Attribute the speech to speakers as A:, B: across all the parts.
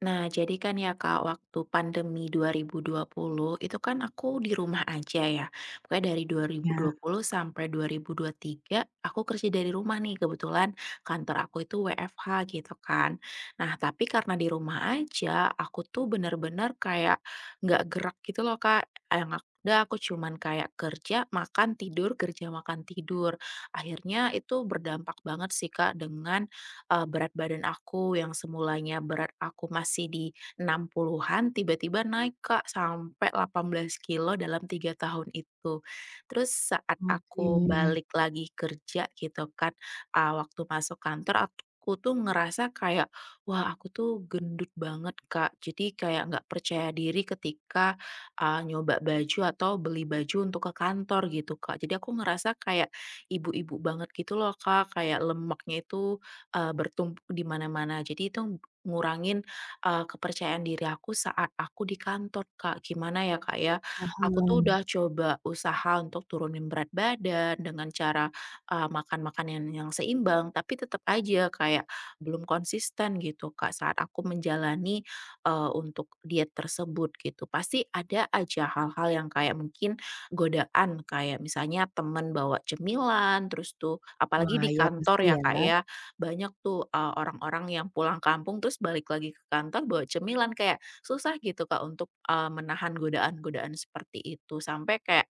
A: Nah, jadi kan ya Kak, waktu pandemi 2020 itu kan aku di rumah aja ya. Pokoknya dari
B: Ya,
A: 2020 sampai 2023 aku kerja dari rumah nih. Kebetulan kantor aku itu WFH gitu kan. Nah, tapi karena di rumah aja aku tuh bener-bener kayak nggak gerak gitu loh Kak. Yang ada aku cuman kayak kerja, makan, tidur, kerja, makan, tidur. Akhirnya itu berdampak banget sih Kak dengan berat badan aku yang semulanya berat aku masih di 60-an tiba-tiba naik Kak sampai 18 kilo dalam 3 tahun itu. Terus saat
B: oke,
A: aku balik lagi kerja gitu kan, waktu masuk kantor aku tuh ngerasa kayak, "Wah aku tuh gendut banget Kak." Jadi kayak nggak percaya diri ketika, nyoba baju atau beli baju untuk ke kantor gitu Kak. Jadi aku ngerasa kayak ibu-ibu banget gitu loh Kak, kayak lemaknya itu bertumpuk di mana-mana. Jadi itu ngurangin, kepercayaan diri aku saat aku di kantor, Kak. Gimana ya, Kak, ya, aku tuh
B: paham.
A: udah coba usaha untuk turunin berat badan dengan cara, makan makanan yang seimbang, tapi tetap aja kayak belum konsisten gitu, Kak, saat aku menjalani, untuk diet tersebut gitu. Pasti ada aja hal-hal yang kayak mungkin godaan, kayak misalnya temen bawa cemilan, terus tuh apalagi
B: Wah,
A: di
B: ya
A: kantor
B: pasti
A: ya,
B: ya.
A: Kak, ya. Banyak tuh, orang-orang yang pulang kampung terus balik lagi ke kantor bawa cemilan, kayak susah gitu Kak untuk, menahan godaan-godaan seperti itu. Sampai kayak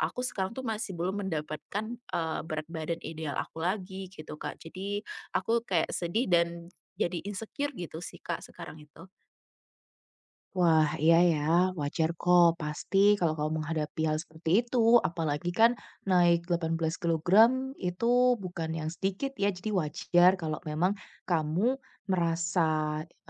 A: aku sekarang tuh masih belum mendapatkan, berat badan ideal aku lagi gitu Kak. Jadi aku kayak sedih dan jadi insecure gitu sih Kak sekarang itu.
B: Wah, iya ya, wajar kok. Pasti kalau kamu menghadapi hal seperti itu, apalagi kan naik 18 kilogram itu bukan yang sedikit ya. Jadi wajar kalau memang kamu merasa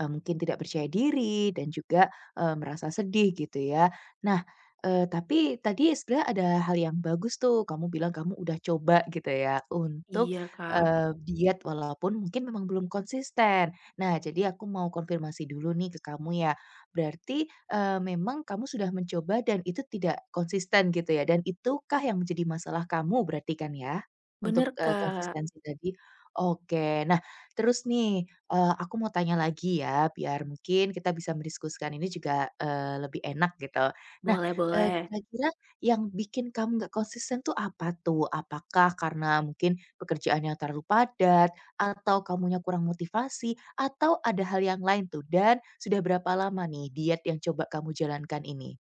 B: mungkin tidak percaya diri dan juga merasa sedih gitu ya. Nah, tapi tadi sebenarnya ada hal yang bagus tuh. Kamu bilang kamu udah coba gitu ya untuk
A: Iya Kak,
B: diet walaupun mungkin memang belum konsisten. Nah, jadi aku mau konfirmasi dulu nih ke kamu ya. Berarti, memang kamu sudah mencoba dan itu tidak konsisten gitu ya, dan itukah yang menjadi masalah kamu berarti kan ya? Untuk,
A: bener Kak,
B: konsistensi tadi? Oke. Nah, terus nih, aku mau tanya lagi ya, biar mungkin kita bisa mendiskusikan ini juga, lebih enak gitu. Nah,
A: boleh boleh.
B: kira-kira yang bikin kamu nggak konsisten tuh apa tuh? Apakah karena mungkin pekerjaan yang terlalu padat, atau kamunya kurang motivasi, atau ada hal yang lain tuh? Dan sudah berapa lama nih diet yang coba kamu jalankan ini?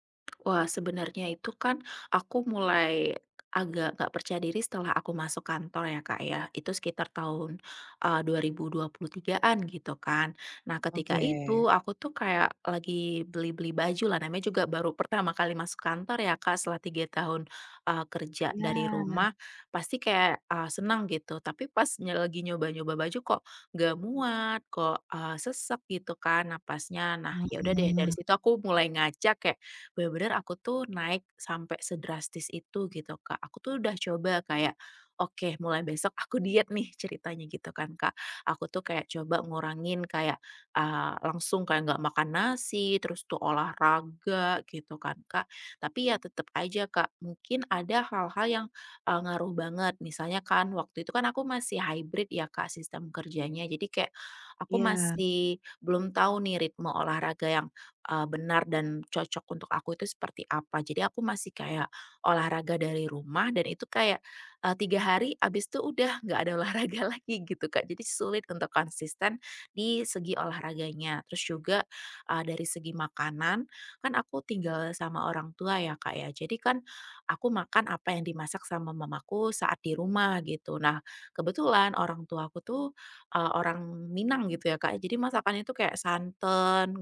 A: Wah, sebenarnya itu kan aku mulai agak nggak percaya diri setelah aku masuk kantor ya Kak ya. Itu sekitar tahun, 2023-an gitu kan. Nah,
B: Oke.
A: ketika itu aku tuh kayak lagi beli-beli baju lah, namanya juga baru pertama kali masuk kantor ya Kak setelah 3 tahun, kerja dari
B: Ya.
A: rumah, pasti kayak, senang gitu. Tapi pas nye lagi nyoba-nyoba baju kok nggak muat, kok, sesek gitu kan napasnya. Nah ya udah deh dari
B: Wah,
A: situ aku mulai ngajak kayak bener-bener aku tuh naik sampai sedrastis itu gitu, Kak. Aku tuh udah coba kayak, oke mulai besok aku diet nih ceritanya gitu kan, Kak. Aku tuh kayak coba ngurangin kayak, langsung kayak nggak makan nasi, terus tuh olahraga gitu kan, Kak. Tapi ya tetap aja, Kak, mungkin ada hal-hal yang, ngaruh banget. Misalnya kan waktu itu kan aku masih hybrid ya, Kak, sistem kerjanya. Jadi kayak aku
B: iya.
A: masih belum tahu nih ritme olahraga yang benar dan cocok untuk aku itu seperti apa. Jadi aku masih kayak olahraga dari rumah dan itu kayak, 3 hari abis itu udah nggak ada olahraga lagi gitu, Kak. Jadi sulit untuk konsisten di segi olahraganya. Terus juga, dari segi makanan, kan aku tinggal sama orang tua ya, Kak, ya. Jadi kan aku makan apa yang dimasak sama mamaku saat di rumah gitu. Nah, kebetulan orang tuaku tuh, orang Minang gitu ya, Kak, ya. Jadi masakannya itu kayak santan santan,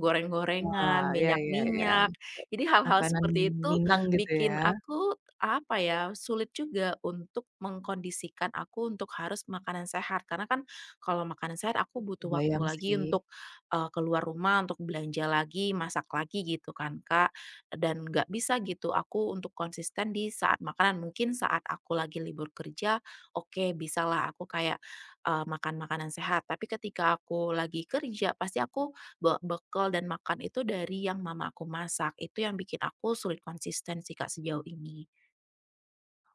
B: Wah,
A: goreng-gorengan,
B: iya iya iya.
A: minyak-minyak. Jadi hal-hal
B: Makanan
A: seperti itu
B: Minang gitu ya?
A: bikin aku, apa ya, sulit juga untuk mengkondisikan aku untuk harus makanan sehat. Karena kan kalau makanan sehat aku butuh waktu
B: Kebayang
A: lagi
B: sih.
A: untuk, keluar rumah, untuk belanja lagi, masak lagi gitu kan, Kak. Dan nggak bisa gitu aku untuk konsisten di saat makanan. Mungkin saat aku lagi libur kerja, oke bisalah aku kayak, makan makanan sehat. Tapi ketika aku lagi kerja, pasti aku bekal dan makan itu dari yang mama aku masak, itu yang bikin aku sulit konsisten sih, Kak, sejauh ini.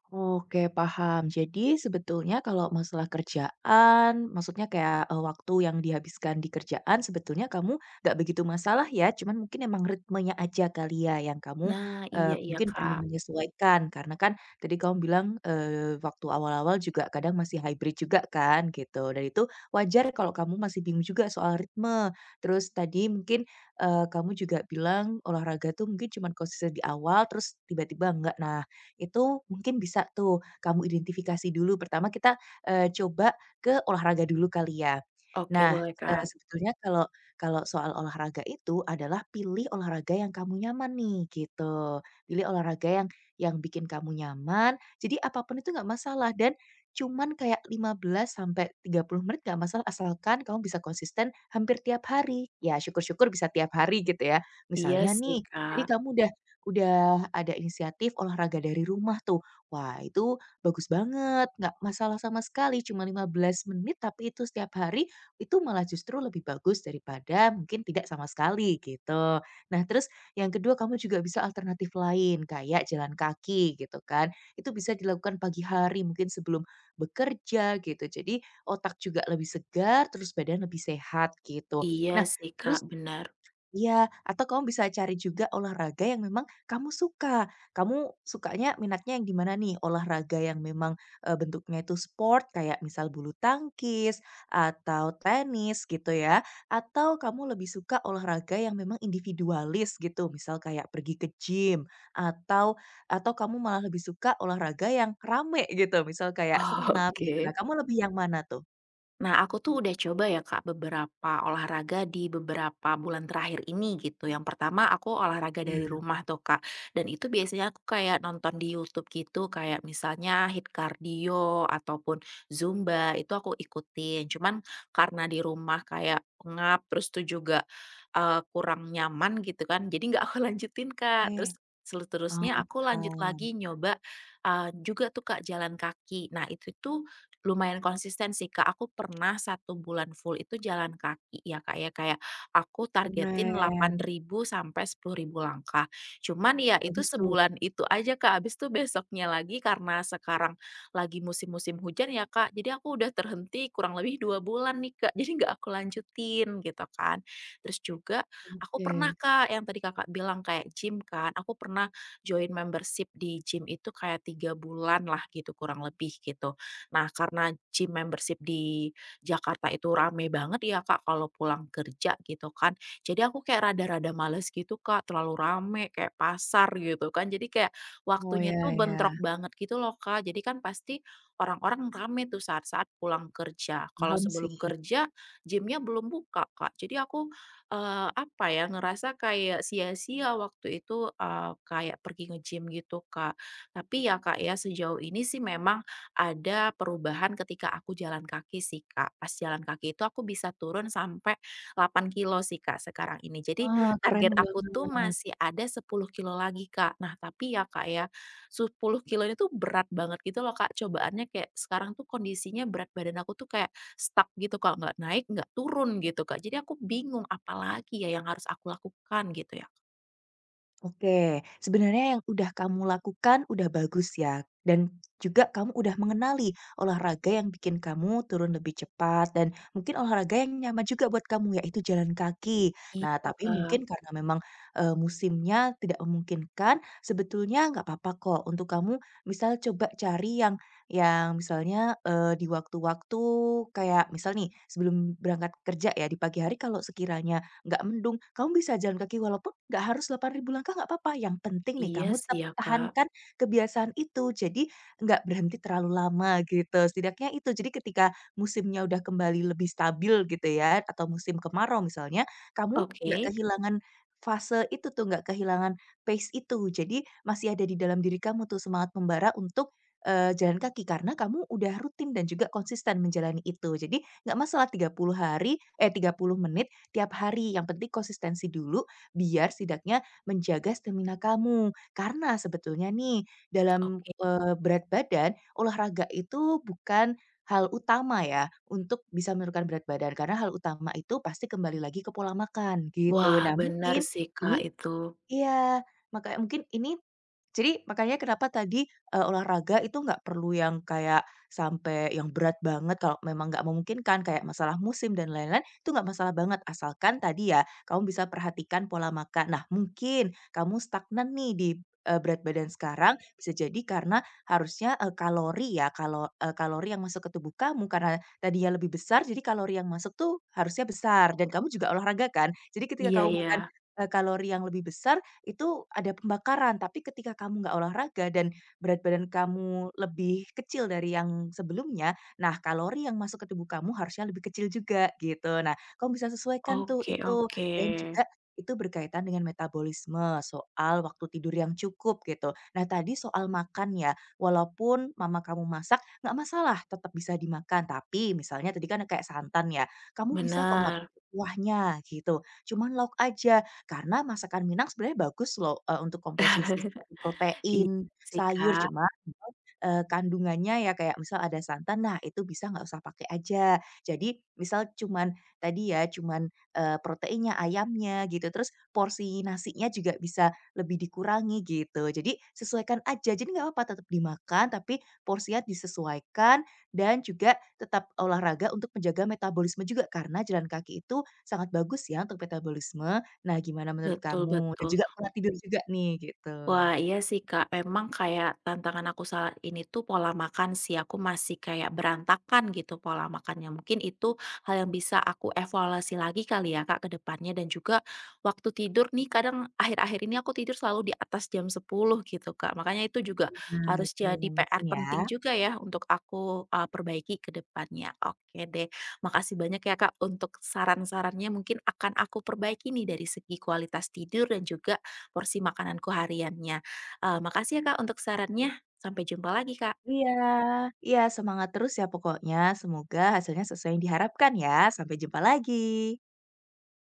B: Oke, paham. Jadi sebetulnya kalau masalah kerjaan, maksudnya kayak, waktu yang dihabiskan di kerjaan sebetulnya kamu nggak begitu masalah ya, cuman mungkin emang ritmenya aja kali ya yang kamu,
A: Nah, iya iya,
B: mungkin perlu
A: Kak.
B: menyesuaikan. Karena kan tadi kamu bilang, waktu awal-awal juga kadang masih hybrid juga kan gitu, dan itu wajar kalau kamu masih bingung juga soal ritme. Terus tadi mungkin, kamu juga bilang olahraga tuh mungkin cuman konsisten di awal, terus tiba-tiba enggak. Nah, itu mungkin bisa tuh kamu identifikasi dulu. Pertama kita, coba ke olahraga dulu kali ya.
A: Oke
B: Nah,
A: boleh, Kak.
B: sebetulnya kalau kalau soal olahraga itu adalah pilih olahraga yang kamu nyaman nih, gitu. Pilih olahraga yang bikin kamu nyaman, jadi apapun itu nggak masalah dan cuman kayak 15 sampai 30 menit nggak masalah asalkan kamu bisa konsisten hampir tiap hari. Ya syukur-syukur bisa tiap hari gitu ya.
A: Iya
B: Misalnya
A: sih,
B: nih, tadi
A: Kak.
B: kamu udah ada inisiatif olahraga dari rumah tuh. Wah, itu bagus banget, nggak masalah sama sekali, cuma 15 menit, tapi itu setiap hari, itu malah justru lebih bagus daripada mungkin tidak sama sekali, gitu. Nah, terus yang kedua kamu juga bisa alternatif lain, kayak jalan kaki, gitu kan. Itu bisa dilakukan pagi hari, mungkin sebelum bekerja, gitu. Jadi, otak juga lebih segar, terus badan lebih sehat, gitu.
A: Iya
B: Nah,
A: sih, Kak,
B: terus
A: benar.
B: Iya, atau kamu bisa cari juga olahraga yang memang kamu suka. Kamu sukanya minatnya yang di mana nih? Olahraga yang memang, bentuknya itu sport kayak misal bulu tangkis atau tenis gitu ya, atau kamu lebih suka olahraga yang memang individualis gitu, misal kayak pergi ke gym atau atau kamu malah lebih suka olahraga yang rame gitu, misal kayak senam gitu. Nah,
A: Oke.
B: kamu lebih yang mana tuh?
A: Nah, aku tuh udah coba ya Kak beberapa olahraga di beberapa bulan terakhir ini gitu. Yang pertama aku olahraga dari
B: Iya.
A: rumah tuh Kak. Dan itu biasanya aku kayak nonton di YouTube gitu kayak misalnya hit cardio ataupun Zumba itu aku ikutin. Cuman karena di rumah kayak pengap terus tuh juga kurang nyaman gitu kan. Jadi nggak aku lanjutin Kak.
B: Oke.
A: Terus seterusnya
B: Oh,
A: aku lanjut
B: paham.
A: lagi nyoba juga tuh Kak jalan kaki. Nah, itu tuh lumayan konsisten sih, Kak. Aku pernah 1 bulan full itu jalan kaki ya, Kak, ya, kayak aku targetin
B: Keren.
A: 8.000 sampai 10.000 langkah. Cuman ya itu
B: Bagus tuh.
A: sebulan itu aja, Kak, habis itu besoknya lagi karena sekarang lagi musim-musim hujan ya, Kak, jadi aku udah terhenti kurang lebih 2 bulan nih, Kak, jadi nggak aku lanjutin gitu kan. Terus juga aku pernah,
B: Oke.
A: Kak, yang tadi Kakak bilang kayak gym kan, aku pernah join membership di gym itu kayak 3 bulan lah gitu kurang lebih gitu. Nah, karena gym membership di Jakarta itu rame banget ya, Kak, kalau pulang kerja gitu kan. Jadi aku kayak rada-rada males gitu, Kak, terlalu rame kayak pasar gitu kan. Jadi kayak
B: Oh,
A: waktunya tuh
B: ya ya,
A: bentrok banget gitu loh, Kak. Jadi kan pasti orang-orang rame tuh saat-saat pulang kerja. Kalau
B: paham sih.
A: sebelum kerja gymnya belum buka, Kak. Jadi aku apa ya, ngerasa kayak sia-sia waktu itu, kayak pergi nge-gym gitu, Kak. Tapi ya, Kak, ya sejauh ini sih memang ada perubahan ketika aku jalan kaki sih, Kak. Pas jalan kaki itu aku bisa turun sampai 8 kilo sih, Kak, sekarang ini. Jadi
B: Wah, keren
A: target aku tuh
B: banget.
A: masih ada 10 kilo lagi, Kak. Nah, tapi ya, Kak, ya 10 kilo ini tuh berat banget gitu loh, Kak. Cobaannya kayak sekarang tuh kondisinya berat badan aku tuh kayak stuck gitu, Kak. Nggak naik, nggak turun gitu, Kak. Jadi aku bingung apalagi ya yang harus aku lakukan gitu ya.
B: Oke, sebenarnya yang udah kamu lakukan udah bagus ya. Dan juga kamu udah mengenali olahraga yang bikin kamu turun lebih cepat dan mungkin olahraga yang nyaman juga buat kamu yaitu jalan kaki. Nah,
A: Iya,
B: tapi
A: Kak.
B: mungkin karena memang musimnya tidak memungkinkan, sebetulnya nggak apa-apa kok untuk kamu misal coba cari yang misalnya di waktu-waktu kayak misal nih sebelum berangkat kerja ya di pagi hari kalau sekiranya nggak mendung, kamu bisa jalan kaki walaupun nggak harus 8.000 langkah nggak apa-apa, yang penting nih
A: Iya
B: kamu
A: sih
B: tetap
A: ya, Kak.
B: pertahankan kebiasaan itu. Jadi nggak berhenti terlalu lama gitu, setidaknya itu. Jadi ketika musimnya udah kembali lebih stabil gitu ya, atau musim kemarau misalnya, kamu
A: Oke,
B: nggak kehilangan fase itu tuh, nggak kehilangan pace itu. Jadi masih ada di dalam diri kamu tuh semangat membara untuk, jalan kaki karena kamu udah rutin dan juga konsisten menjalani itu. Jadi nggak masalah 30 hari eh, 30 menit tiap hari, yang penting konsistensi dulu biar setidaknya menjaga stamina kamu. Karena sebetulnya nih dalam,
A: oke.
B: berat badan, olahraga itu bukan hal utama ya untuk bisa menurunkan berat badan, karena hal utama itu pasti kembali lagi ke pola makan gitu.
A: Wah,
B: Nah
A: benar
B: mungkin
A: sih,
B: ini
A: Kak, itu.
B: iya, maka mungkin ini jadi makanya kenapa tadi, olahraga itu nggak perlu yang kayak sampai yang berat banget kalau memang nggak memungkinkan, kayak masalah musim dan lain-lain, itu nggak masalah banget, asalkan tadi ya, kamu bisa perhatikan pola makan. Nah mungkin kamu stagnan nih di, berat badan sekarang, bisa jadi karena harusnya, kalori ya, kalo kalori yang masuk ke tubuh kamu karena tadinya lebih besar, jadi kalori yang masuk tuh harusnya besar dan kamu juga olahraga kan. Jadi ketika
A: Iya
B: kamu makan,
A: iya.
B: kalori yang lebih besar, itu ada pembakaran, tapi ketika kamu nggak olahraga dan berat badan kamu lebih kecil dari yang sebelumnya, nah kalori yang masuk ke tubuh kamu harusnya lebih kecil juga gitu. Nah, kamu bisa sesuaikan tuh
A: Oke
B: itu
A: oke.
B: dan juga itu berkaitan dengan metabolisme, soal waktu tidur yang cukup gitu. Nah, tadi soal makan ya, walaupun mama kamu masak nggak masalah tetap bisa dimakan, tapi misalnya tadi kan kayak santan ya, kamu bisa kok nggak
A: Benar.
B: pakai kuahnya gitu, cuman lauk aja karena masakan Minang sebenarnya bagus loh, untuk komposisi seperti protein,
A: Iya sih,
B: sayur,
A: Kak.
B: cuma memang, kandungannya ya kayak misal ada santan, nah itu bisa nggak usah pakai aja. Jadi misal cuman tadi ya, cuman, proteinnya, ayamnya gitu, terus porsi nasinya juga bisa lebih dikurangi gitu. Jadi sesuaikan aja, jadi nggak apa-apa tetap dimakan, tapi porsinya disesuaikan dan juga tetap olahraga untuk menjaga metabolisme juga, karena jalan kaki itu sangat bagus ya untuk metabolisme. Nah, gimana menurut
A: Betul
B: kamu? Dan
A: betul.
B: juga pola tidur juga nih, gitu.
A: Wah, iya sih, Kak. Memang kayak tantangan aku saat ini tuh pola makan sih. Aku masih kayak berantakan gitu pola makannya. Mungkin itu hal yang bisa aku evaluasi lagi kali ya, Kak, ke depannya. Dan juga waktu tidur nih, kadang akhir-akhir ini aku tidur selalu di atas jam 10 gitu, Kak. Makanya itu juga
B: Nah,
A: harus
B: itu
A: jadi
B: mungkin
A: PR penting
B: ya.
A: juga ya untuk aku perbaiki ke depannya. Oke deh. Makasih banyak ya, Kak, untuk saran-sarannya. Mungkin akan aku perbaiki nih dari segi kualitas tidur dan juga porsi makananku hariannya. Makasih ya Kak untuk sarannya. Sampai jumpa lagi, Kak.
B: Iya iya, semangat terus ya pokoknya. Semoga hasilnya sesuai yang diharapkan ya. Sampai jumpa lagi.